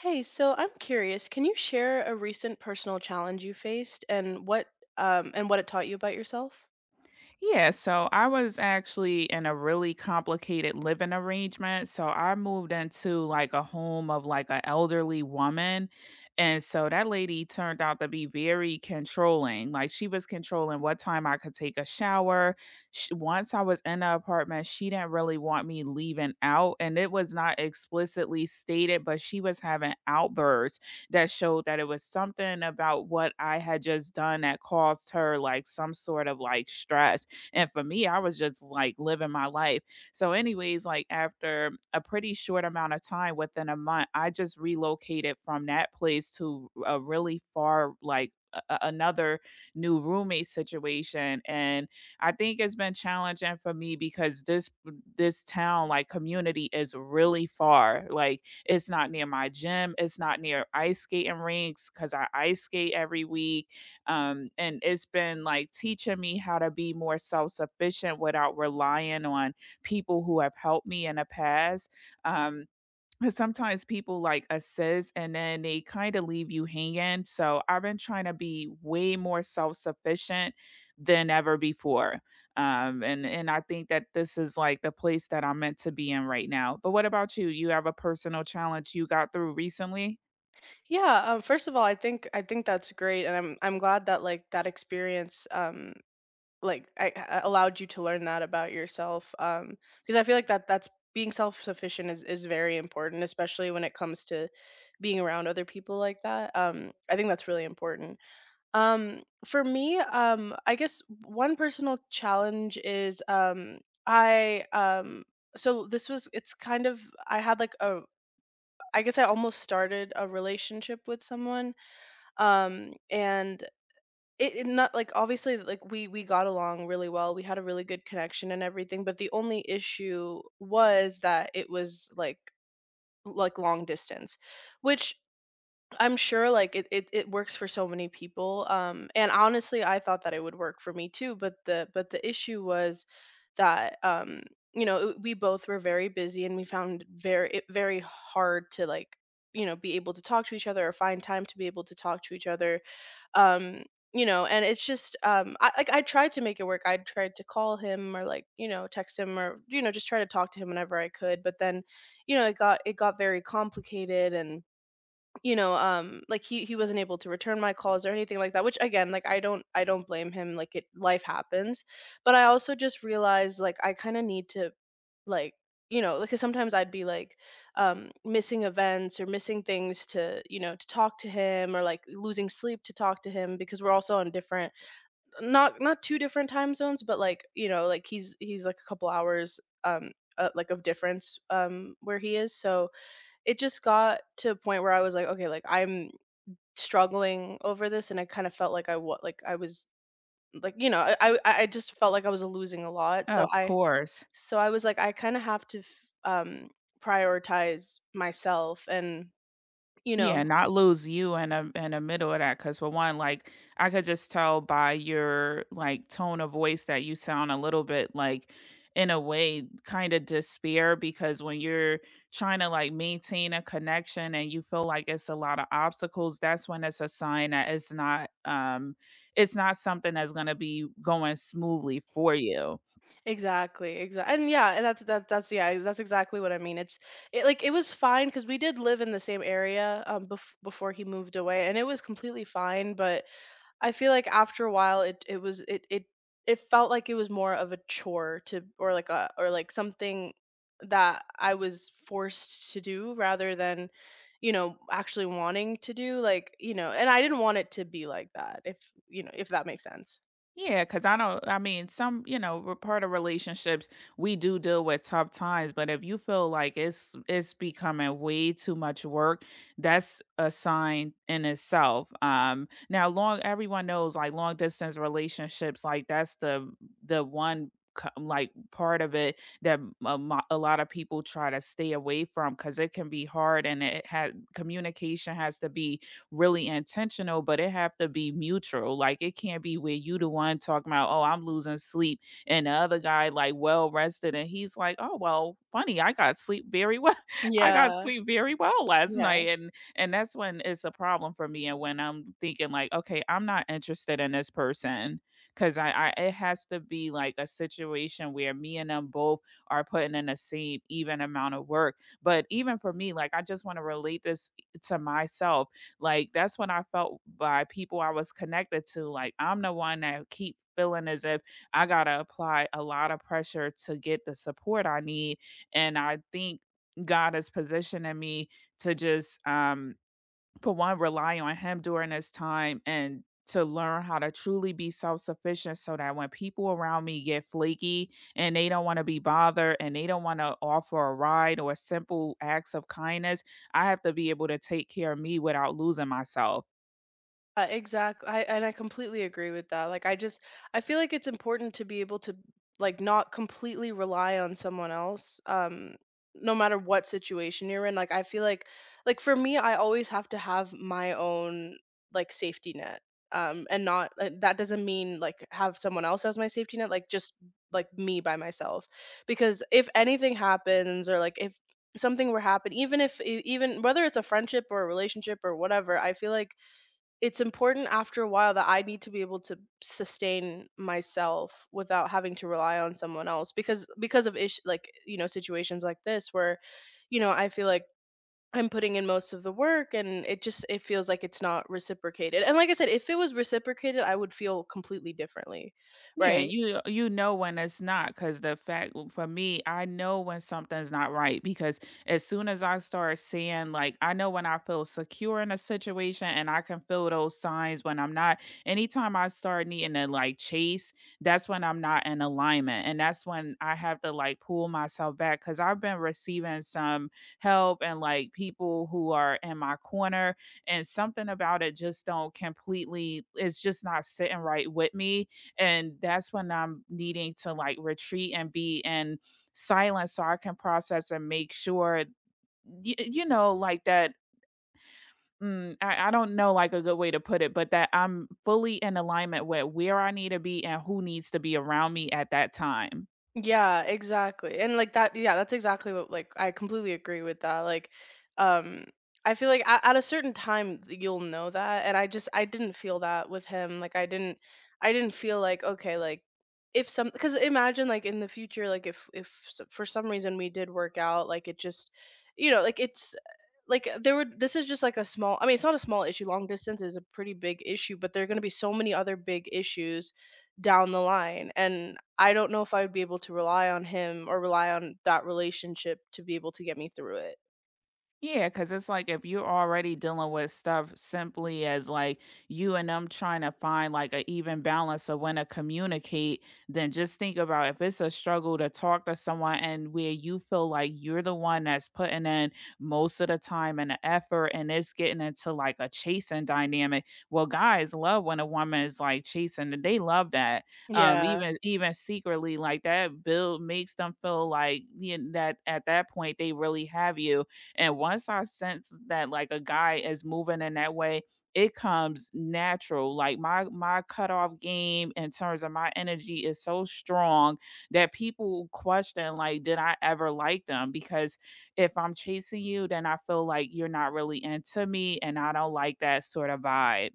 Hey, so I'm curious, can you share a recent personal challenge you faced and what it taught you about yourself? Yeah, so I was actually in a really complicated living arrangement. So I moved into like a home of like an elderly woman. And so that lady turned out to be very controlling. Like she was controlling what time I could take a shower. Sh Once I was in the apartment, she didn't really want me leaving out. And it was not explicitly stated, but she was having outbursts that showed that it was something about what I had just done that caused her like some sort of like stress, and for me, I was just like living my life. So anyways, like after a pretty short amount of time, within a month, I just relocated from that place to a really far, like, another new roommate situation. And I think it's been challenging for me because this town like community is really far. Like it's not near my gym, it's not near ice skating rinks because I ice skate every week. And it's been like teaching me how to be more self sufficient without relying on people who have helped me in the past. Um, 'Cause sometimes people like assist and then they kind of leave you hanging. So I've been trying to be way more self sufficient than ever before. And I think that this is like the place that I'm meant to be in right now. But what about you? You have a personal challenge you got through recently? Yeah, first of all, I think that's great and I'm glad that like that experience like I allowed you to learn that about yourself because I feel like that that's being self-sufficient is very important, especially when it comes to being around other people like that. I think that's really important. For me, I guess one personal challenge is I so this was it's kind of I had like a I guess I almost started a relationship with someone, and it not like obviously like we got along really well. We had a really good connection and everything, but the only issue was that it was like long distance, which I'm sure like it works for so many people. And honestly I thought that it would work for me too, but the issue was that you know we both were very busy and we found very hard to like be able to talk to each other or find time to be able to talk to each other. um and it's just I like I tried to make it work. I tried to call him or like you know text him or you know just try to talk to him whenever I could, but then you know it got very complicated. And you know, like he wasn't able to return my calls or anything like that, which again, like I don't blame him. Like it life happens. But I also just realized like I kind of need to like because sometimes I'd be like missing events or missing things to you know to talk to him or like losing sleep to talk to him because we're also on different not not two different time zones, but like you know like he's like a couple hours like of difference where he is. So it just got to a point where I was like, okay, like I'm struggling over this and I kind of felt like I what like I was like you know I just felt like I was losing a lot, Of course. so I was like I kind of have to um prioritize myself and you know Yeah, not lose you in a in the middle of that. Because for one, like, I could just tell by your, like, tone of voice that you sound a little bit, like, in a way, kinda despair, because when you're trying to, like, maintain a connection and you feel like it's a lot of obstacles, that's when it's a sign that it's not something that's gonna be going smoothly for you. exactly exactly. And yeah, and that's that, that's yeah that's exactly what I mean. It's it like it was fine because we did live in the same area before he moved away and it was completely fine, but I feel like after a while it felt like it was more of a chore to or like a or like something that I was forced to do rather than, you know, actually wanting to do, like, you know, and I didn't want it to be like that if, you know, if that makes sense. Yeah, because I don't, I mean, some, you know, we're part of relationships, we do deal with tough times, but if you feel like it's becoming way too much work, that's a sign in itself. Now long everyone knows like long distance relationships, like that's the like part of it that a lot of people try to stay away from because it can be hard, and it had communication has to be really intentional, but it have to be mutual. Like it can't be where you the one talking about, oh, I'm losing sleep, and the other guy like well rested, and he's like, oh well, funny, I got sleep very well. I got Yeah. sleep very well last Yeah. night, and that's when it's a problem for me, and when I'm thinking like, okay, I'm not interested in this person because I it has to be like a situation where me and them both are putting in the same even amount of work. But even for me, like I just want to relate this to myself. Like that's when I felt by people I was connected to. Like I'm the one that keep feeling as if I gotta apply a lot of pressure to get the support I need. And I think God is positioning me to just for one, rely on him during this time, and to learn how to truly be self-sufficient so that when people around me get flaky and they don't want to be bothered and they don't want to offer a ride or simple acts of kindness, I have to be able to take care of me without losing myself. Exactly. I and I completely agree with that. Like I just I feel like it's important to be able to like not completely rely on someone else, no matter what situation you're in. Like I feel like for me I always have to have my own like safety net. And not that doesn't mean like have someone else as my safety net, like just like me by myself, because if anything happens or like if something were happen, even if even whether it's a friendship or a relationship or whatever, I feel like it's important after a while that I need to be able to sustain myself without having to rely on someone else, because of ish, like you know, situations like this, where you know I feel like I'm putting in most of the work and it feels like it's not reciprocated. And like I said, if it was reciprocated, I would feel completely differently, Yeah, right? you you know when it's not, because the fact for me, I know when something's not right because as soon as I start seeing like I know when I feel secure in a situation and I can feel those signs when I'm not. Anytime I start needing to like chase, that's when I'm not in alignment, and that's when I have to like pull myself back because 'cause I've been receiving some help and like people who are in my corner, and something about it just don't completely, it's just not sitting right with me, and that's when I'm needing to like retreat and be in silence so I can process and make sure, like that. I don't know like a good way to put it, but that I'm fully in alignment with where I need to be and who needs to be around me at that time. Yeah, exactly. And like that, yeah, that's exactly what like I completely agree with that. Like, um, I feel like at a certain time you'll know that, and I just I didn't feel that with him. Like I didn't feel like okay, like if some, because imagine like in the future, like if for some reason we did work out, like it just, you know, like it's like there would this is just like a small, I mean it's not a small issue, long distance is a pretty big issue, but there are going to be so many other big issues down the line, and I don't know if I would be able to rely on him or rely on that relationship to be able to get me through it. Yeah, cause it's like if you're already dealing with stuff simply as like you and them trying to find like an even balance of when to communicate, then just think about if it's a struggle to talk to someone and where you feel like you're the one that's putting in most of the time and the effort and it's getting into like a chasing dynamic. Well, guys love when a woman is like chasing, and they love that. Um, Yeah, even even secretly, like that build makes them feel like you know, that at that point they really have you, and once I sense that like a guy is moving in that way, it comes natural. Like my cutoff game in terms of my energy is so strong that people question like, did I ever like them? Because if I'm chasing you, then I feel like you're not really into me and I don't like that sort of vibe.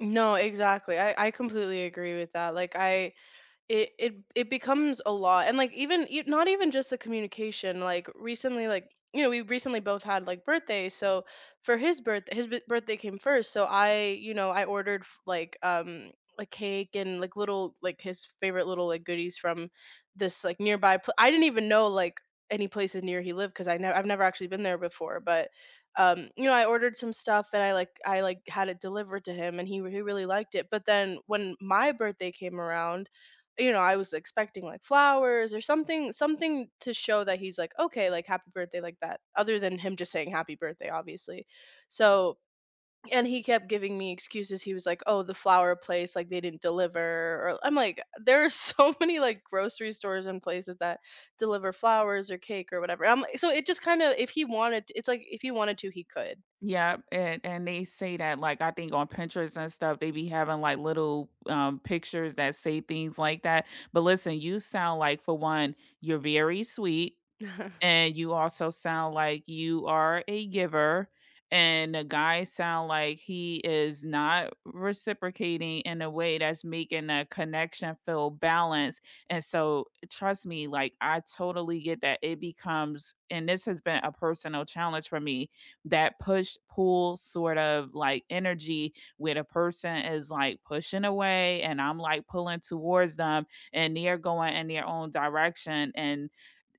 no, exactly. I completely agree with that. Like I it it it becomes a lot, and like even not even just the communication. Like recently, like you know, we recently both had like birthdays. So for his birthday, birthday came first, so I you know I ordered like cake and like little like his favorite little like goodies from this like nearby pl- I didn't even know like any places near he lived because I've never actually been there before, but you know I ordered some stuff and I like had it delivered to him, and he really liked it. But then when my birthday came around, you know, I was expecting like flowers or something to show that he's like, "Okay, like happy birthday," like that, other than him just saying happy birthday, obviously. So and he kept giving me excuses. He was like, "Oh, the flower place, like they didn't deliver." Or I'm like, there are so many like grocery stores and places that deliver flowers or cake or whatever. I'm like, so it just kind of, if he wanted, it's like if he wanted to, he could. Yeah, and they say that like I think on Pinterest and stuff they be having like little pictures that say things like that. But listen, you sound like for one, you're very sweet, and you also sound like you are a giver, and the guy sound like he is not reciprocating in a way that's making the connection feel balanced, and so trust me like I totally get that it becomes, and this has been a personal challenge for me, that push pull sort of like energy where the person is like pushing away and I'm like pulling towards them and they're going in their own direction, and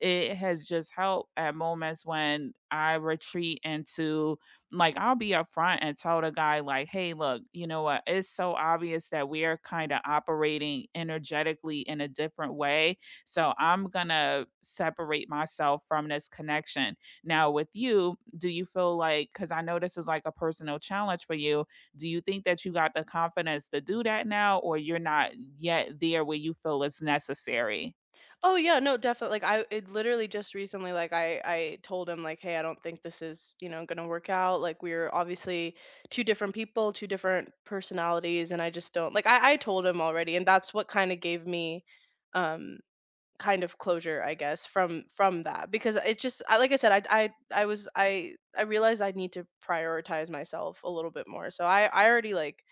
it has just helped at moments when I retreat into like I'll be upfront and tell the guy like, "Hey, look, you know what? It's so obvious that we are kind of operating energetically in a different way. So I'm gonna separate myself from this connection." Now, with you, do you feel like, because I know this is like a personal challenge for you, do you think that you got the confidence to do that now, or you're not yet there where you feel it's necessary? Oh yeah, no, definitely. Like I, it literally just recently, like I told him like, "Hey, I don't think this is, you know, going to work out. Like we're obviously two different people, two different personalities, and I just don't," like I told him already, and that's what kind of gave me um kind of closure, I guess, from that, because it just, I, like I said, I realized I need to prioritize myself a little bit more. So I already like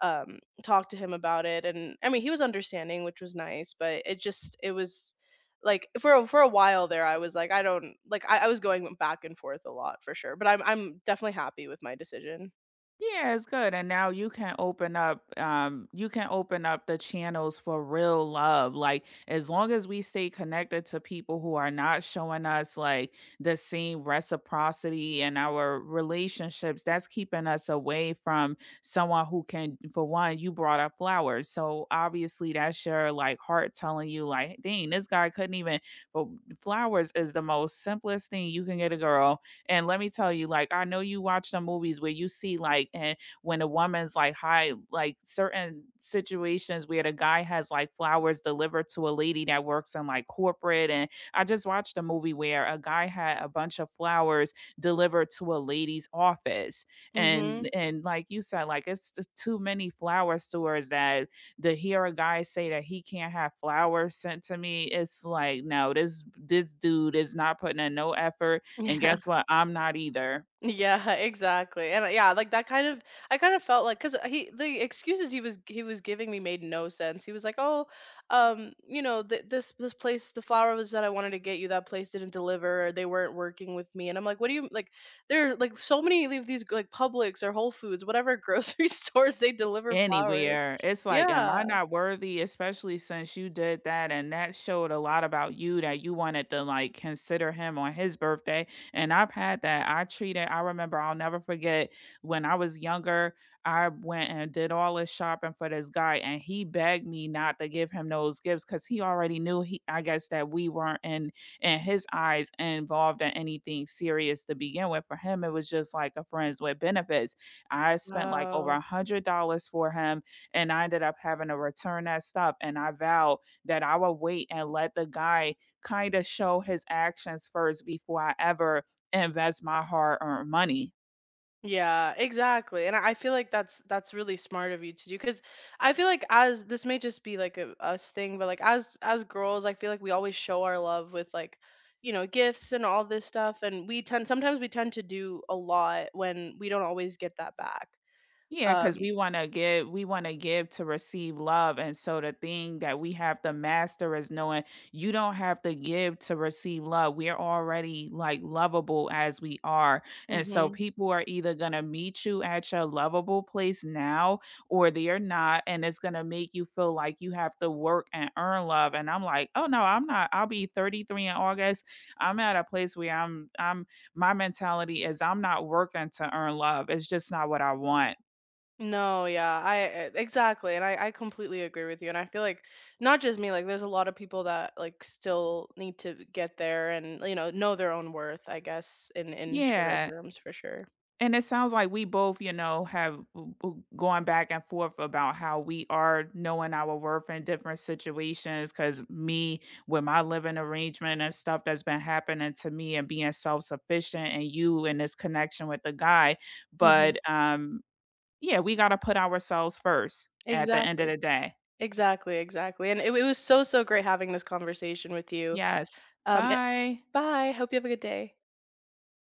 talked to him about it, and I mean he was understanding, which was nice, but it just it was like for for a while there I was like I don't like, I was going back and forth a lot for sure, but I'm definitely happy with my decision. Yeah, it's good, and now you can open up, you can open up the channels for real love. Like, as long as we stay connected to people who are not showing us like the same reciprocity in our relationships, that's keeping us away from someone who can. For one, you brought up flowers, so obviously that's your like heart telling you, like, dang, this guy couldn't even. But flowers is the most simplest thing you can get a girl, and let me tell you, like, I know you watch the movies where you see, like, and when a woman's like high, like certain situations where the guy has like flowers delivered to a lady that works in like corporate. And I just watched a movie where a guy had a bunch of flowers delivered to a lady's office. Mhm. And like you said, like it's just too many flower stores, that to hear a guy say that he can't have flowers sent to me, it's like, no, this dude is not putting in no effort, and guess what? I'm not either Yeah, exactly. And yeah, like that kind of, I kind of felt like cuz he, the excuses he was giving me made no sense. He was like, "Oh, you know, this place, the flowers that I wanted to get you, that place didn't deliver or they weren't working with me." And I'm like, "What do you, like there are like so many of these like Publix or Whole Foods, whatever grocery stores, they deliver flowers." anywhere. It's like, am Yeah. I not worthy? Especially since you did that. And that showed a lot about you, that you wanted to like consider him on his birthday. And I've had that. I treated, I remember, I'll never forget when I was younger, I went and did all this shopping for this guy. And he begged me not to give him those gifts because he already knew he, I guess, that we weren't in his eyes involved in anything serious to begin with. For him, it was just like a friends with benefits. I spent like over Wow. $100 for him, and I ended up having to return that stuff. And I vowed that I would wait and let the guy kind of show his actions first before I ever invest my hard earned money. Yeah, exactly. And I feel like that's really smart of you to do, because I feel like as this may just be like a us thing, but like as girls, I feel like we always show our love with like, you know, gifts and all this stuff. And we tend sometimes we tend to do a lot when we don't always get that back. Yeah, Um because we want to give, we want to give to receive love. And so the thing that we have to master is knowing you don't have to give to receive love. We're already like lovable as we are. And so mhm. people are either going to meet you at your lovable place now or they're not. And it's going to make you feel like you have to work and earn love. And I'm like, oh no, I'm not. I'll be 33 in August. I'm at a place where my mentality is I'm not working to earn love. It's just not what I want. No, yeah, I exactly, and I completely agree with you, and I feel like not just me, like there's a lot of people that like still need to get there and you know their own worth, I guess, in shorter Yeah, terms for sure. and it sounds like we both, you know, have w w gone back and forth about how we are knowing our worth in different situations. Because me, with my living arrangement and stuff that's been happening to me and being self-sufficient, and you in this connection with the guy, Hmm. but, yeah, we gotta put ourselves first at the end of Exactly, the day. exactly, exactly, and it was so so great having this conversation with you. Yes, Um, bye. Bye. Hope you have a good day.